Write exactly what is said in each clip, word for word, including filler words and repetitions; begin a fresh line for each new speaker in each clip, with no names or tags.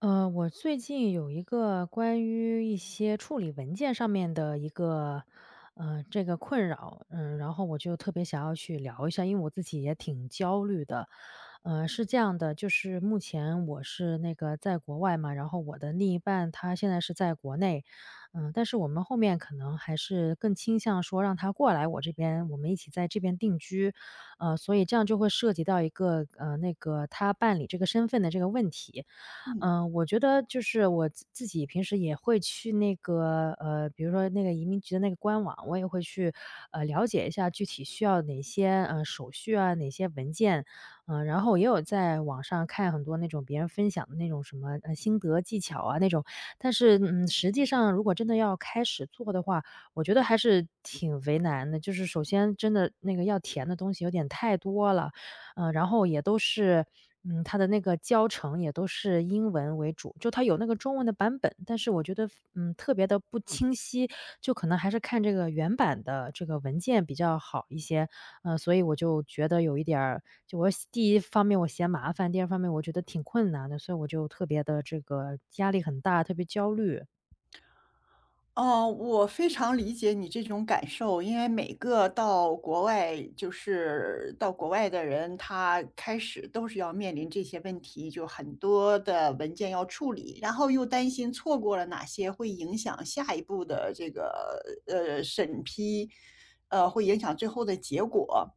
呃，我最近有一个关于一些处理文件上面的一个，呃，这个困扰，嗯，然后我就特别想要去聊一下，因为我自己也挺焦虑的。呃，是这样的，就是目前我是那个在国外嘛，然后我的另一半他现在是在国内，嗯，但是我们后面可能还是更倾向说让他过来我这边，我们一起在这边定居，呃，所以这样就会涉及到一个呃那个他办理这个身份的这个问题。
嗯。
嗯，我觉得就是我自自己平时也会去那个，呃，比如说那个移民局的那个官网，我也会去，呃，了解一下具体需要哪些，呃，手续啊，哪些文件。嗯，然后也有在网上看很多那种别人分享的那种什么，呃，心得技巧啊那种，但是，嗯，实际上如果真的要开始做的话，我觉得还是挺为难的。就是首先真的那个要填的东西有点太多了，嗯，然后也都是嗯，它的那个教程也都是英文为主，就它有那个中文的版本，但是我觉得，嗯，特别的不清晰，就可能还是看这个原版的这个文件比较好一些。嗯，所以我就觉得有一点儿就我嫌第一方面我嫌麻烦，第二方面我觉得挺困难的，所以我就特别的这个压力很大，特别焦虑。
哦，我非常理解你这种感受，因为每个到国外，就是到国外的人，他开始都是要面临这些问题，就很多的文件要处理，然后又担心错过了哪些会影响下一步的这个呃审批，呃，会影响最后的结果，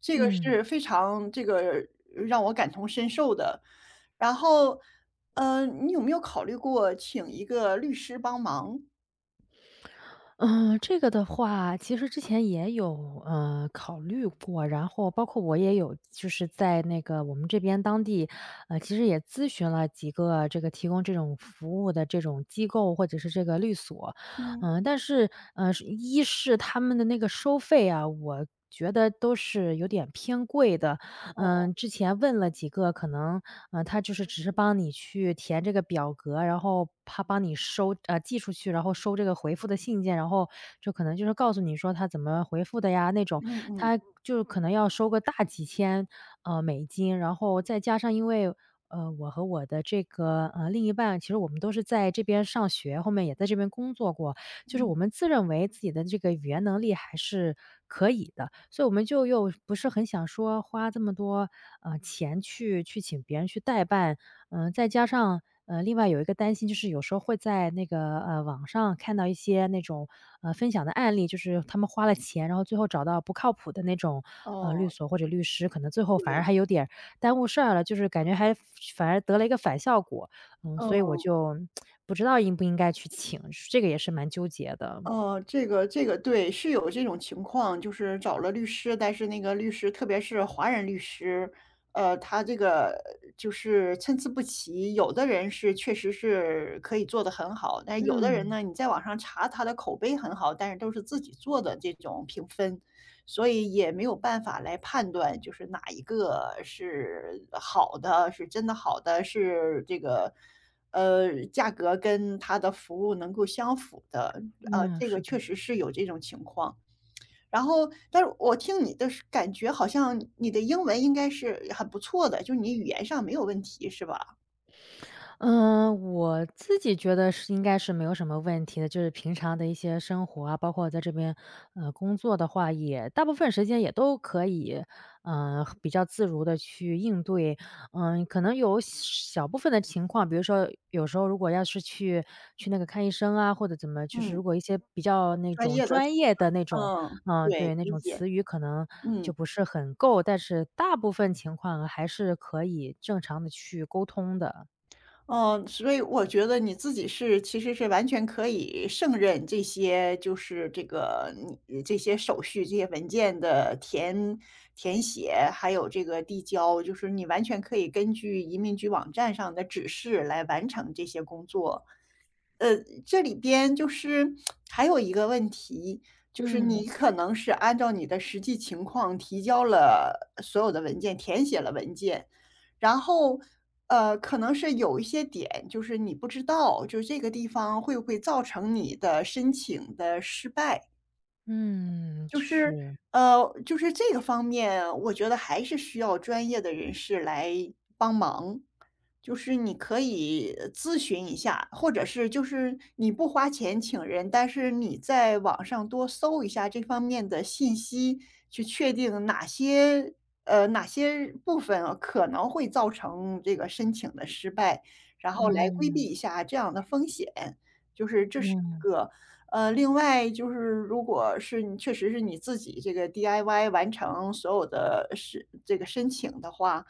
这个
嗯。
是非常这个让我感同身受的。然后，呃，你有没有考虑过请一个律师帮忙？
嗯，这个的话，其实之前也有，嗯，考虑过，然后包括我也有就是在那个我们这边当地，呃，其实也咨询了几个这个提供这种服务的这种机构或者是这个律所。
嗯
嗯，但是，呃，是一是他们的那个收费啊，我觉得都是有点偏贵的，嗯，之前问了几个，可能，呃，他就是只是帮你去填这个表格，然后他帮你收呃，寄出去，然后收这个回复的信件，然后就可能就是告诉你说他怎么回复的呀那种，
嗯，嗯
他就可能要收个大几千，呃，美金。然后再加上因为，呃，我和我的这个，呃，另一半，其实我们都是在这边上学，后面也在这边工作过，就是
嗯，
我们自认为自己的这个语言能力还是可以的，所以我们就又不是很想说花这么多，呃，钱去去请别人去代办。嗯，再加上，呃，另外有一个担心，就是有时候会在那个，呃，网上看到一些那种，呃，分享的案例，就是他们花了钱，然后最后找到不靠谱的那种，呃，
哦，
律所或者律师，可能最后反而
对，
还有点儿耽误事儿了，就是感觉还反而得了一个反效果。嗯，所以我
哦
就不知道应不应该去请，这个也是蛮纠结的。
哦，这个这个对，是有这种情况，就是找了律师，但是那个律师，特别是华人律师，呃，他这个就是参差不齐，有的人是确实是可以做得很好，但有的人
嗯，
呢，你在网上查他的口碑很好，但是都是自己做的这种评分，所以也没有办法来判断，就是哪一个是好的，是真的好的，是这个呃，价格跟它的服务能够相符的。呃，
那
这个
是
确
的。
实是有这种情况。然后，但是我听你的是感觉好像你的英文应该是很不错的，就是你语言上没有问题是吧？
嗯，我自己觉得是应该是没有什么问题的，就是平常的一些生活啊，包括在这边，呃，工作的话，也大部分时间也都可以，嗯，比较自如的去应对。嗯，可能有小部分的情况，比如说有时候如果要是去去那个看医生啊，或者怎么就是
嗯，
如果一些比较那
专
种
业的词，
专业的那种，
嗯，
嗯，
对，
对，那
理
种
解，
词语可能
嗯。
就不是很够，但是大部分情况还是可以正常的去沟通的。
嗯，所以我觉得你自己是其实是完全可以胜任这些，就是这个你这些手续、这些文件的填填写，还有这个递交，就是你完全可以根据移民局网站上的指示来完成这些工作。呃，这里边就是还有一个问题，就是
嗯，
你可能是按照你的实际情况提交了所有的文件，填写了文件，然后，呃，可能是有一些点，就是你不知道，就这个地方会不会造成你的申请的失败。
嗯，
就是，
是，
呃，就是这个方面，我觉得还是需要专业的人士来帮忙。就是你可以呃咨询一下，或者是就是你不花钱请人，但是你在网上多搜一下这方面的信息，去确定哪些呃哪些部分啊可能会造成这个申请的失败，然后嗯来规避
嗯，
一下这样的风险。就是这是一
嗯，
个。呃，另外就是如果是你确实是你自己这个 D I Y 完成所有的申这个申请的话，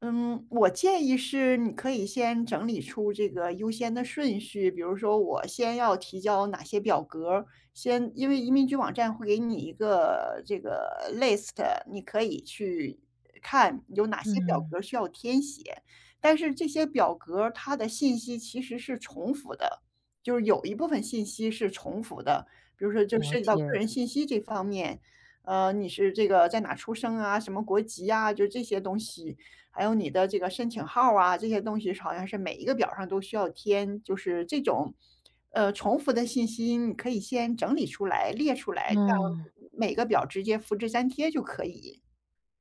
嗯，我建议是你可以先整理出这个优先的顺序，比如说我先要提交哪些表格儿先，因为移民局网站会给你一个这个 list,你可以去看有哪些表
嗯，
格需要填写，但是这些表格儿它的信息其实是重复的。就是有一部分信息是重复的，比如说就
了
涉及到个
解，
人信息这方面，呃，你是这个在哪出生啊，什么国籍啊，就这些东西，还有你的这个申请号啊，这些东西好像是每一个表上都需要填，就是这种，呃，重复的信息你可以先整理出来、列出来，这样
嗯。
每个表直接复制粘贴就可以。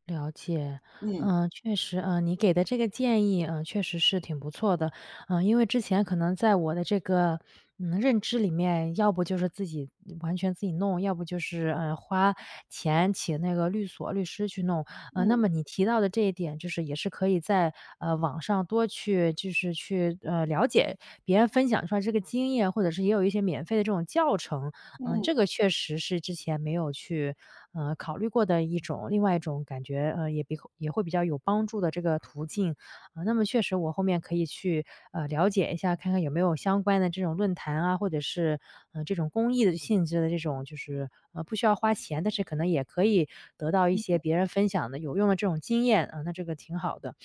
了解，
嗯，
嗯，确实，嗯，你给的这个建议，嗯，确实是挺不错的，嗯，因为之前可能在我的这个，嗯，认知里面，要不就是自己完全自己弄，要不就是，嗯花钱请那个律所、律师去弄，呃，那
嗯，
么你提到的这一点，就是也是可以在，呃，网上多去就是去，呃，了解别人分享出来这个经验，或者是也有一些免费的这种教程，嗯，
嗯，
这个确实是之前没有去，呃，考虑过的一种另外一种感觉，呃，也比也会比较有帮助的这个途径。啊，那么确实我后面可以去，呃，了解一下，看看有没有相关的这种论坛啊，或者是嗯，呃，这种公益的性质的这种，就是，呃，不需要花钱，但是可能也可以得到一些别人分享的有用的这种经验，啊，那这个挺好的。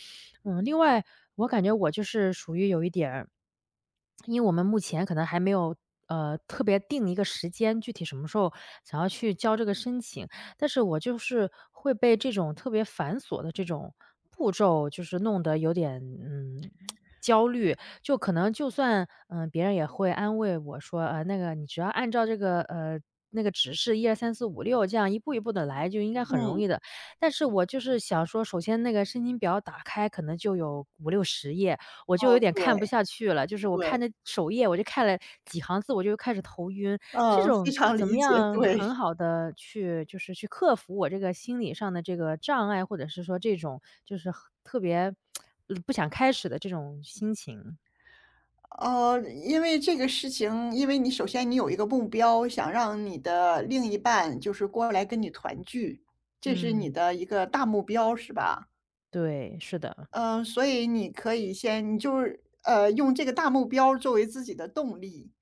嗯，另外我感觉我就是属于有一点儿因为我们目前可能还没有，呃，特别定一个时间，具体什么时候想要去交这个申请。但是我就是会被这种特别繁琐的这种步骤，就是弄得有点，嗯，焦虑。就可能就算，嗯，别人也会安慰我说：“呃，那个你只要按照这个，呃，那个指示一二三四五六这样一步一步的来，就应该很容
嗯，
易的。”但是我就是想说，首先那个申请表打开可能就有五六十页，我就有
哦，
点看不
对，
下去了，就是我
对，
看那首页，我就看了几行字，我就开始头晕。这
嗯，非
种
常
怎
理
么
解，
样
对。
很好的去就是去克服我这个心理上的这个障碍，或者是说这种就是很特别呃不想开始的这种心情。
呃，因为这个事情，因为你首先你有一个目标，想让你的另一半就是过来跟你团聚，这是你
嗯，
的一个大目标，是吧？
对，是的。
嗯，所以你可以先你就是，呃，用这个大目标作为自己的动力，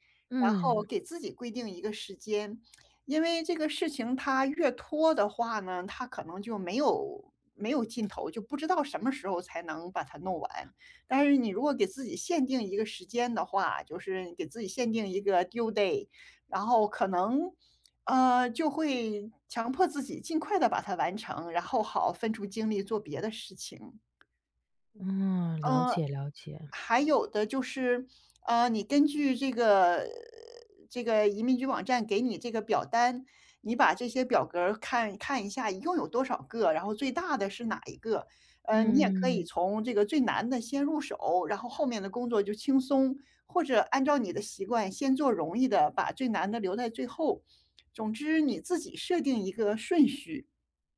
然后
嗯，
给自己规定一个时间。因为这个事情它越拖的话呢，它可能就没有没有尽头，就不知道什么时候才能把它弄完。但是你如果给自己限定一个时间的话，就是给自己限定一个 due day,然后可能，呃，就会强迫自己尽快的把它完成，然后好分出精力做别的事情。
嗯，了
嗯。
解了解，
还有的就是，呃，你根据这个这个移民局网站给你这个表单，你把这些表格儿看看一下，一共有多少个，然后最大的是哪一个。呃，你也嗯可以
嗯。
从这个最难的先入手，然后后面的工作就轻松，或者按照你的习惯先做容易的，把最难的留在最后。总之你自己设定一个顺序。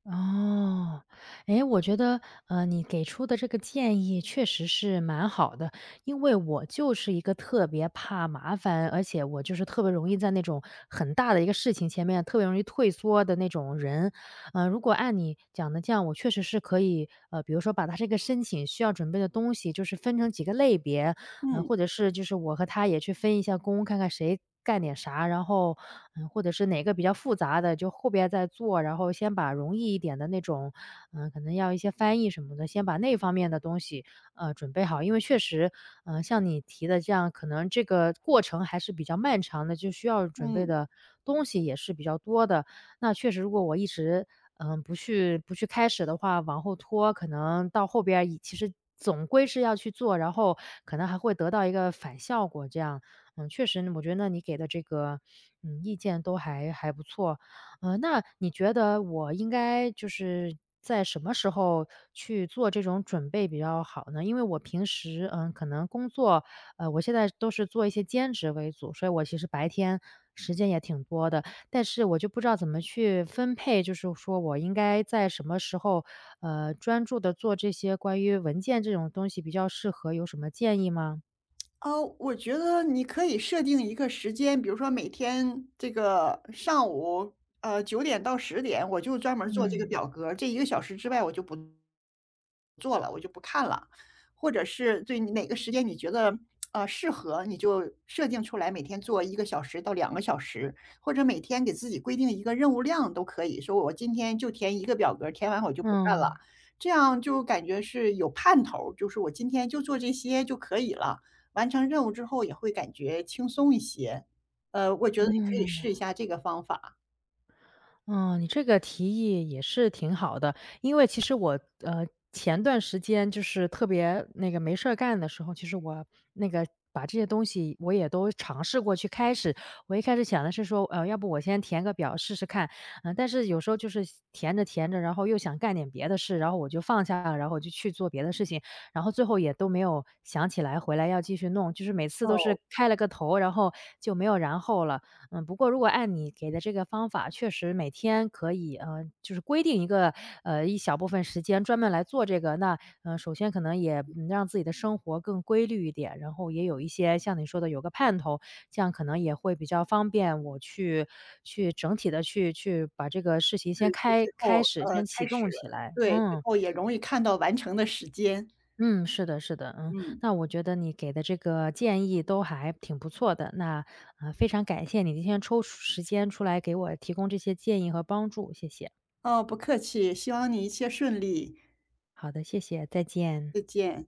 哦，诶，我觉得，呃，你给出的这个建议确实是蛮好的，因为我就是一个特别怕麻烦，而且我就是特别容易在那种很大的一个事情前面特别容易退缩的那种人。嗯，如果按你讲的这样，我确实是可以，呃，比如说把它这个申请需要准备的东西，就是分成几个类别，嗯，
嗯，
或者是就是我和他也去分一下工，看看谁干点啥，然后，嗯，或者是哪个比较复杂的，就后边再做，然后先把容易一点的那种，嗯，可能要一些翻译什么的，先把那方面的东西，呃，准备好。因为确实，嗯，像你提的这样，可能这个过程还是比较漫长的，就需要准备
嗯。
的东西也是比较多的。那确实如果我一直，嗯，不去不去开始的话，往后拖，可能到后边儿也其实总归是要去做，然后可能还会得到一个反效果这样。嗯，确实我觉得你给的这个，嗯，意见都还还不错。嗯，那你觉得我应该就是在什么时候去做这种准备比较好呢？因为我平时，嗯，可能工作，呃，我现在都是做一些兼职为主，所以我其实白天时间也挺多的。但是我就不知道怎么去分配，就是说我应该在什么时候，呃，专注的做这些关于文件这种东西比较适合，有什么建议吗？
哦，我觉得你可以设定一个时间，比如说每天这个上午，呃，九点到十点，我就专门做这个
嗯，
表格儿，这一个小时之外我就不做了，我就不看了。或者是对你哪个时间你觉得呃适合，你就设定出来，每天做一个小时到两个小时，或者每天给自己规定一个任务量都可以。说我今天就填一个表格儿，填完我就不看了，
嗯。
这样就感觉是有盼头儿，就是我今天就做这些就可以了。完成任务之后也会感觉轻松一些。呃，我觉得你可以试一下这个方法。
嗯，你这个提议也是挺好的。因为其实我，呃，前段时间就是特别那个没事儿干的时候，其实我那个把这些东西我也都尝试过去开始。我一开始想的是说，呃，要不我先填个表试试看。嗯，但是有时候就是填着填着，然后又想干点别的事，然后我就放下了，然后我就去做别的事情，然后最后也都没有想起来回来要继续弄，就是每次都是
哦，
开了个头，然后就没有然后了。嗯，不过如果按你给的这个方法，确实每天可以，呃，就是规定一个，呃，一小部分时间专门来做这个。那，嗯，首先可能也，嗯让自己的生活更规律一点，然后也有一些像你说的有个盼头，这样可能也会比较方便我去去整体的去去把这个事情
对，
先
就
开
最
开
后，
始，
呃，
先
开
启
始
动起来，
对，最
嗯。
后也容易看到完成的时间。
嗯，是的，是的，嗯，
嗯。
那我觉得你给的这个建议都还挺不错的，那呃非常感谢你今天抽出时间出来给我提供这些建议和帮助，谢谢。
哦，不客气，希望你一切顺利，
好的，谢谢，再见。
再见。